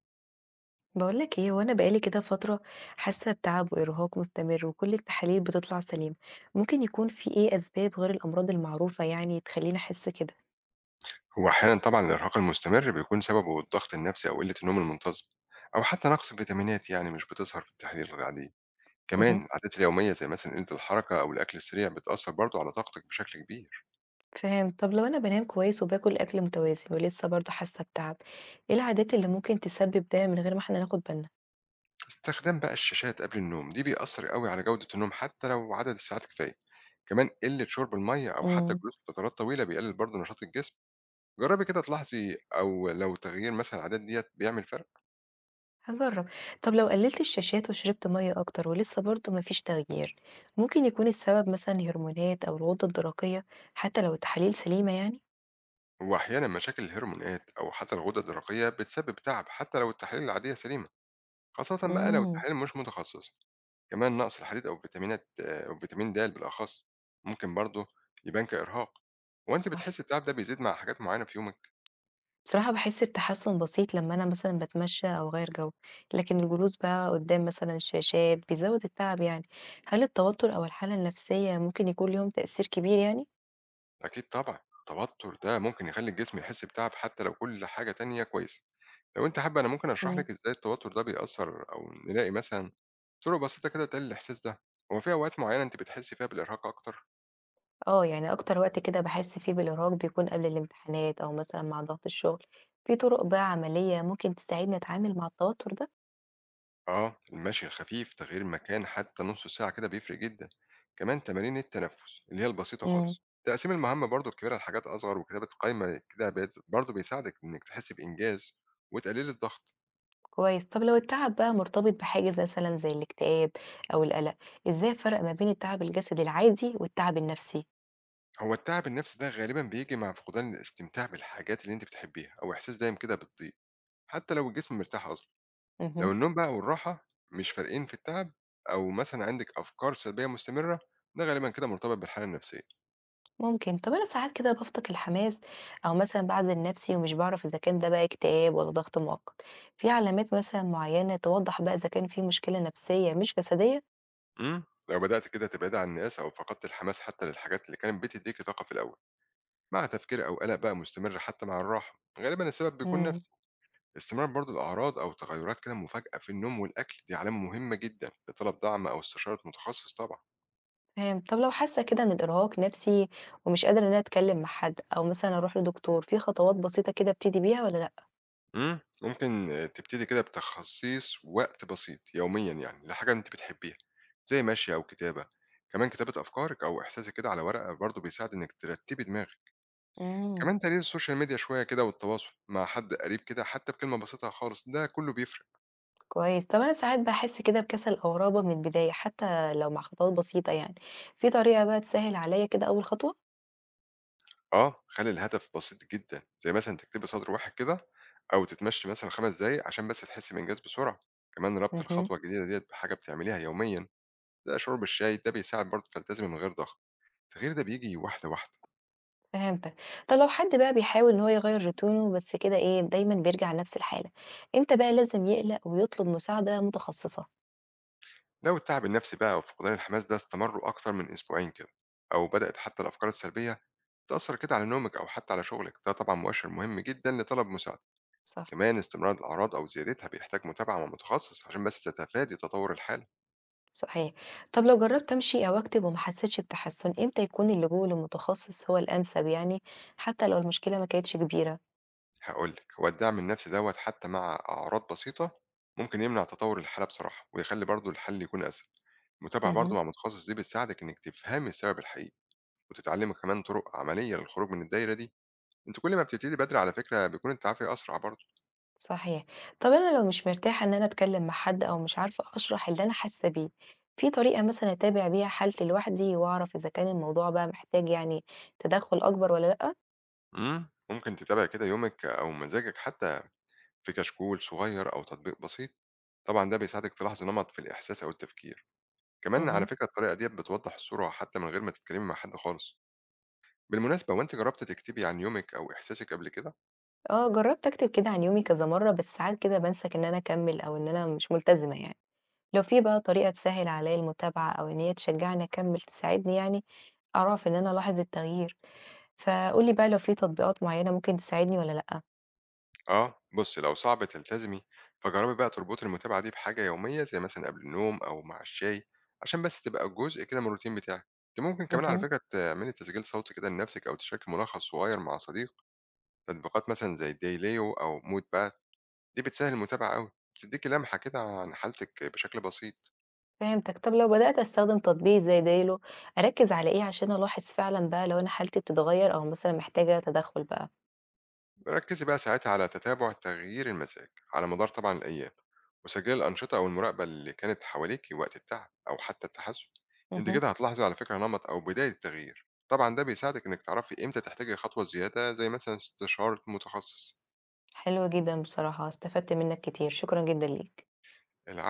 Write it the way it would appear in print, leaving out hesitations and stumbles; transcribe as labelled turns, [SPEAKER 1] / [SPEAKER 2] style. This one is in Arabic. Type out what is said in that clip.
[SPEAKER 1] بقولك ايه؟ وانا بقالي كده فترة حاسة بتعب وإرهاق مستمر، وكل التحاليل بتطلع سليمة. ممكن يكون في ايه أسباب غير الأمراض المعروفة يعني تخليني أحس كده؟
[SPEAKER 2] هو أحيانا طبعا الإرهاق المستمر بيكون سببه الضغط النفسي أو قلة النوم المنتظم، أو حتى نقص الفيتامينات يعني مش بتظهر في التحاليل العادية. كمان
[SPEAKER 1] مهم.
[SPEAKER 2] العادات اليومية زي مثلا قلة الحركة أو الأكل السريع بتأثر برضه على طاقتك بشكل كبير.
[SPEAKER 1] فاهم. طب لو انا بنام كويس وباكل أكل متوازن ولسه برضه حاسة بتعب، ايه العادات اللي ممكن تسبب ده من غير ما احنا ناخد بالنا؟
[SPEAKER 2] استخدام بقى الشاشات قبل النوم دي بيأثر قوي على جودة النوم حتى لو عدد الساعات كفاية. كمان قلة شرب المية أو حتى
[SPEAKER 1] امم.
[SPEAKER 2] الجلوس لفترات طويلة بيقلل برضه نشاط الجسم. جربي كده تلاحظي أو لو تغيير مثلا العادات ديت بيعمل فرق.
[SPEAKER 1] هجرب. طب لو قللت الشاشات وشربت مية أكتر ولسه برضه مفيش تغيير، ممكن يكون السبب مثلا هرمونات أو الغدة الدرقية، حتى لو التحاليل سليمة يعني؟
[SPEAKER 2] هو أحيانا مشاكل الهرمونات أو حتى الغدة الدرقية بتسبب تعب حتى لو التحاليل العادية سليمة، خاصةً بقى لو
[SPEAKER 1] امم.
[SPEAKER 2] التحاليل مش متخصصة، كمان نقص الحديد أو فيتامينات أو فيتامين د بالأخص ممكن برضه يبان كإرهاق. هو أنتِ
[SPEAKER 1] صح.
[SPEAKER 2] بتحسي التعب ده بيزيد مع حاجات معينة في يومِك؟
[SPEAKER 1] بصراحة باحس بتحسُّن بسيط لمّا أنا مثلًا باتمشّى أو أغيّر جو، لكن الجلوس بقى قدّام مثلًا الشاشات بيزوّد التعب يعني. هل التوتر أو الحالة النفسية ممكن يكون ليهم تأثير كبير يعني؟
[SPEAKER 2] أكيد طبعًا، التوتر ده ممكن يخلّي الجسم يحس بتعب حتى لو كل حاجة تانية كويسة. لو أنتِ حابة أنا ممكن أشرح
[SPEAKER 1] إمم.
[SPEAKER 2] لِك إزاي التوتر ده بيأثّر، أو نلاقي مثلًا طرق بسيطة كده تقلل الإحساس ده. هو في أوقات معينة أنتِ بتحسي فيها بالإرهاق أكتر؟
[SPEAKER 1] آه، يعني أكتر وقت كده باحس فيه بالإرهاق بيكون قبل الامتحانات أو مثلًا مع ضغط الشغل. في طُرق بقى عملية ممكن تساعدني أتعامل مع التوتر ده؟
[SPEAKER 2] آه، المشي الخفيف، تغيير المكان حتى نص ساعة كده بيفرق جدًا. كمان تمارين التنفس اللي هي البسيطة
[SPEAKER 1] إمم،
[SPEAKER 2] خالص، تقسيم المهمة برضه الكبيرة لحاجات أصغر، وكتابة قائمة كده برضه بيساعدك إنك تحس بإنجاز وتقلل الضغط.
[SPEAKER 1] كويس. طب لو التعب بقى مرتبط بحاجز مثلًا زي الاكتئاب أو القلق، إزاي أفرّق ما بين التعب الجسدي العادي والتعب النفسي؟
[SPEAKER 2] هو التعب النفسي ده غالبًا بييجي مع فقدان الاستمتاع بالحاجات اللي أنت بتحبيها، أو إحساس دايم كده بالضيق، حتى لو الجسم مرتاح أصلًا. لو
[SPEAKER 1] اهم.
[SPEAKER 2] النوم بقى والراحة مش فارقين في التعب، أو مثلًا عندِك أفكار سلبية مستمرة، ده غالبًا كده مرتبط بالحالة النفسية.
[SPEAKER 1] ممكن. طب انا ساعات كده بفقد الحماس او مثلا بعزل نفسي ومش بعرف اذا كان ده بقى اكتئاب ولا ضغط مؤقت. في علامات مثلا معينة توضح بقى اذا كان في مشكلة نفسية مش جسدية؟
[SPEAKER 2] لو بدأت كده تبعد عن الناس أو فقدت الحماس حتى للحاجات اللي كانت بتديك طاقة في الأول، مع تفكير أو قلق بقى مستمر حتى مع الراحة، غالبا السبب بيكون
[SPEAKER 1] امم.
[SPEAKER 2] نفسي. استمرار برضو الأعراض أو تغيرات كده مفاجئة في النوم والأكل دي علامة مهمة جدا لطلب دعم أو استشارة متخصص طبعا.
[SPEAKER 1] فاهم. طب لو حاسة كده ان الارهاق نفسي ومش قادرة ان انا اتكلم مع حد او مثلا اروح لدكتور، في خطوات بسيطة كده ابتدي بيها ولا لا؟
[SPEAKER 2] ممكن تبتدي كده بتخصيص وقت بسيط يوميا يعني لحاجة أنت بتحبيها زي مشي أو كتابة. كمان كتابة أفكارك أو إحساسك كده على ورقة برضو بيساعد إنك ترتبي دماغك.
[SPEAKER 1] امم.
[SPEAKER 2] كمان تقليل السوشيال ميديا شوية كده والتواصل مع حد قريب كده حتى بكلمة بسيطة خالص، ده كله بيفرق.
[SPEAKER 1] كويس. طب انا ساعات بحس كده بكسل او رهبة من البداية حتى لو مع خطوات بسيطة يعني، في طريقة بقى تسهل عليا كده اول خطوة؟
[SPEAKER 2] اه، خلي الهدف بسيط جدا، زي مثلا تكتبي سطر واحد كده، او تتمشي مثلا 5 دقايق عشان بس تحسي بانجاز بسرعة. كمان ربط
[SPEAKER 1] امم.
[SPEAKER 2] الخطوة الجديدة ديت بحاجة بتعمليها يوميا زي شرب الشاي ده بيساعد برضه تلتزمي من غير ضغط. التغيير ده بيجي واحدة واحدة.
[SPEAKER 1] فهمتك. طب لو حد بقى بيحاول إن هو يغيّر روتينه بس كده إيه، دايمًا بيرجع لنفس الحالة، إمتى بقى لازم يقلق ويطلب مساعدة متخصصة؟
[SPEAKER 2] لو التعب النفسي بقى وفقدان الحماس ده استمروا اكتر من اسبوعين كده، او بدأت حتى الافكار السلبية تأثر كده على نومك او حتى على شغلك، ده طبعا مؤشر مهم جدا لطلب مساعدة.
[SPEAKER 1] صح.
[SPEAKER 2] كمان استمرار الأعراض أو زيادتها بيحتاج متابعة مع متخصص عشان بس تتفادي تطور الحالة.
[SPEAKER 1] صحيح. طب لو جرّبت أمشي أو أكتب وما حسيتش بتحسُّن، إمتى يكون اللجوء لمتخصص هو الأنسب يعني، حتى لو المشكلة ما كانتش كبيرة؟
[SPEAKER 2] هقولك، هو الدعم النفسي دوت حتى مع أعراض بسيطة ممكن يمنع تطور الحالة بصراحة، ويخلي برضو الحل يكون أسهل. المتابعة برضو
[SPEAKER 1] اهم.
[SPEAKER 2] مع متخصص دي بتساعدك إنك تفهمي السبب الحقيقي وتتعلمي كمان طرق عملية للخروج من الدايرة دي. انت كل ما بتبتدي بدري على فكرة بيكون التعافي أسرع برضو.
[SPEAKER 1] صحيح. طب أنا لو مش مرتاحة إن أنا أتكلّم مع حد أو مش عارفة أشرح اللي أنا حاسة بيه، في طريقة مثلًا أتابع بيها حالتي لوحدي وأعرف إذا كان الموضوع بقى محتاج يعني تدخُّل أكبر والّا لأ؟
[SPEAKER 2] مم. ممكن تتابع كده يومك أو مزاجك حتى في كشكول صغير أو تطبيق بسيط. طبعا ده بيساعدك تلاحظ نمط في الإحساس أو التفكير. كمان على
[SPEAKER 1] اهم.
[SPEAKER 2] فكرة الطريقة ديّة بتوضّح الصورة حتى من غير ما تتكلمي مع حد خالص. بالمناسبة، هو أنتِ جرّبتِ تكتبي عن يومِك أو إحساسِك قبل كده؟
[SPEAKER 1] آه، جرّبت أكتب كده عن يومي كذا مرّة، بس ساعات كده بامسك إن أنا أكمّل أو إن أنا مش ملتزمة يعني. لو في بقى طريقة تسهّل عليّا المتابعة أو إن هي تشجّعني أكمّل تساعدني يعني أعرف إن أنا ألاحظ التغيير، فقُل لي بقى لو في تطبيقات معيّنة ممكن تساعدني والّا لأ؟
[SPEAKER 2] آه، بُصّي لو صعب تلتزمي، فجرّبي بقى تربطي المتابعة دي بحاجة يومية زي مثلًا قبل النوم أو مع الشاي، عشان بس تبقى جزء كده من الروتين بتاعِك. أنتِ ممكن كمان على
[SPEAKER 1] اهم.
[SPEAKER 2] فكرة تعملي تسجيل صوتي كده لنفسِك أو تشاركي ملخص صغير مع صديق. تطبيقات مثلًا زي دايليو أو مود باث دي بتسهّل المتابعة أوي، بتدّيكِ لمحة كده عن حالتِك بشكل بسيط.
[SPEAKER 1] فهمتك. طب لو بدأت أستخدم تطبيق زي Trello، أركّز على إيه عشان ألاحظ فعلًا بقى لو أنا حالتي بتتغيّر أو مثلًا محتاجة تدخُّل بقى؟
[SPEAKER 2] ركزي بقى ساعتها على تتابع تغيير المزاج على مدار طبعا الأيام، وسجلي الأنشطة أو المراقبة اللي كانت حواليكي وقت التعب أو حتى التحسن. أنت
[SPEAKER 1] اهم.
[SPEAKER 2] كده هتلاحظي على فكرة نمط أو بداية تغيير، طبعا ده بيساعدك إنك تعرفي إمتى تحتاجي خطوة زيادة زي مثلا استشارة متخصص.
[SPEAKER 1] حلو جدًا بصراحة، استفدت منّك كتير، شكرًا جدًا ليك.
[SPEAKER 2] العقل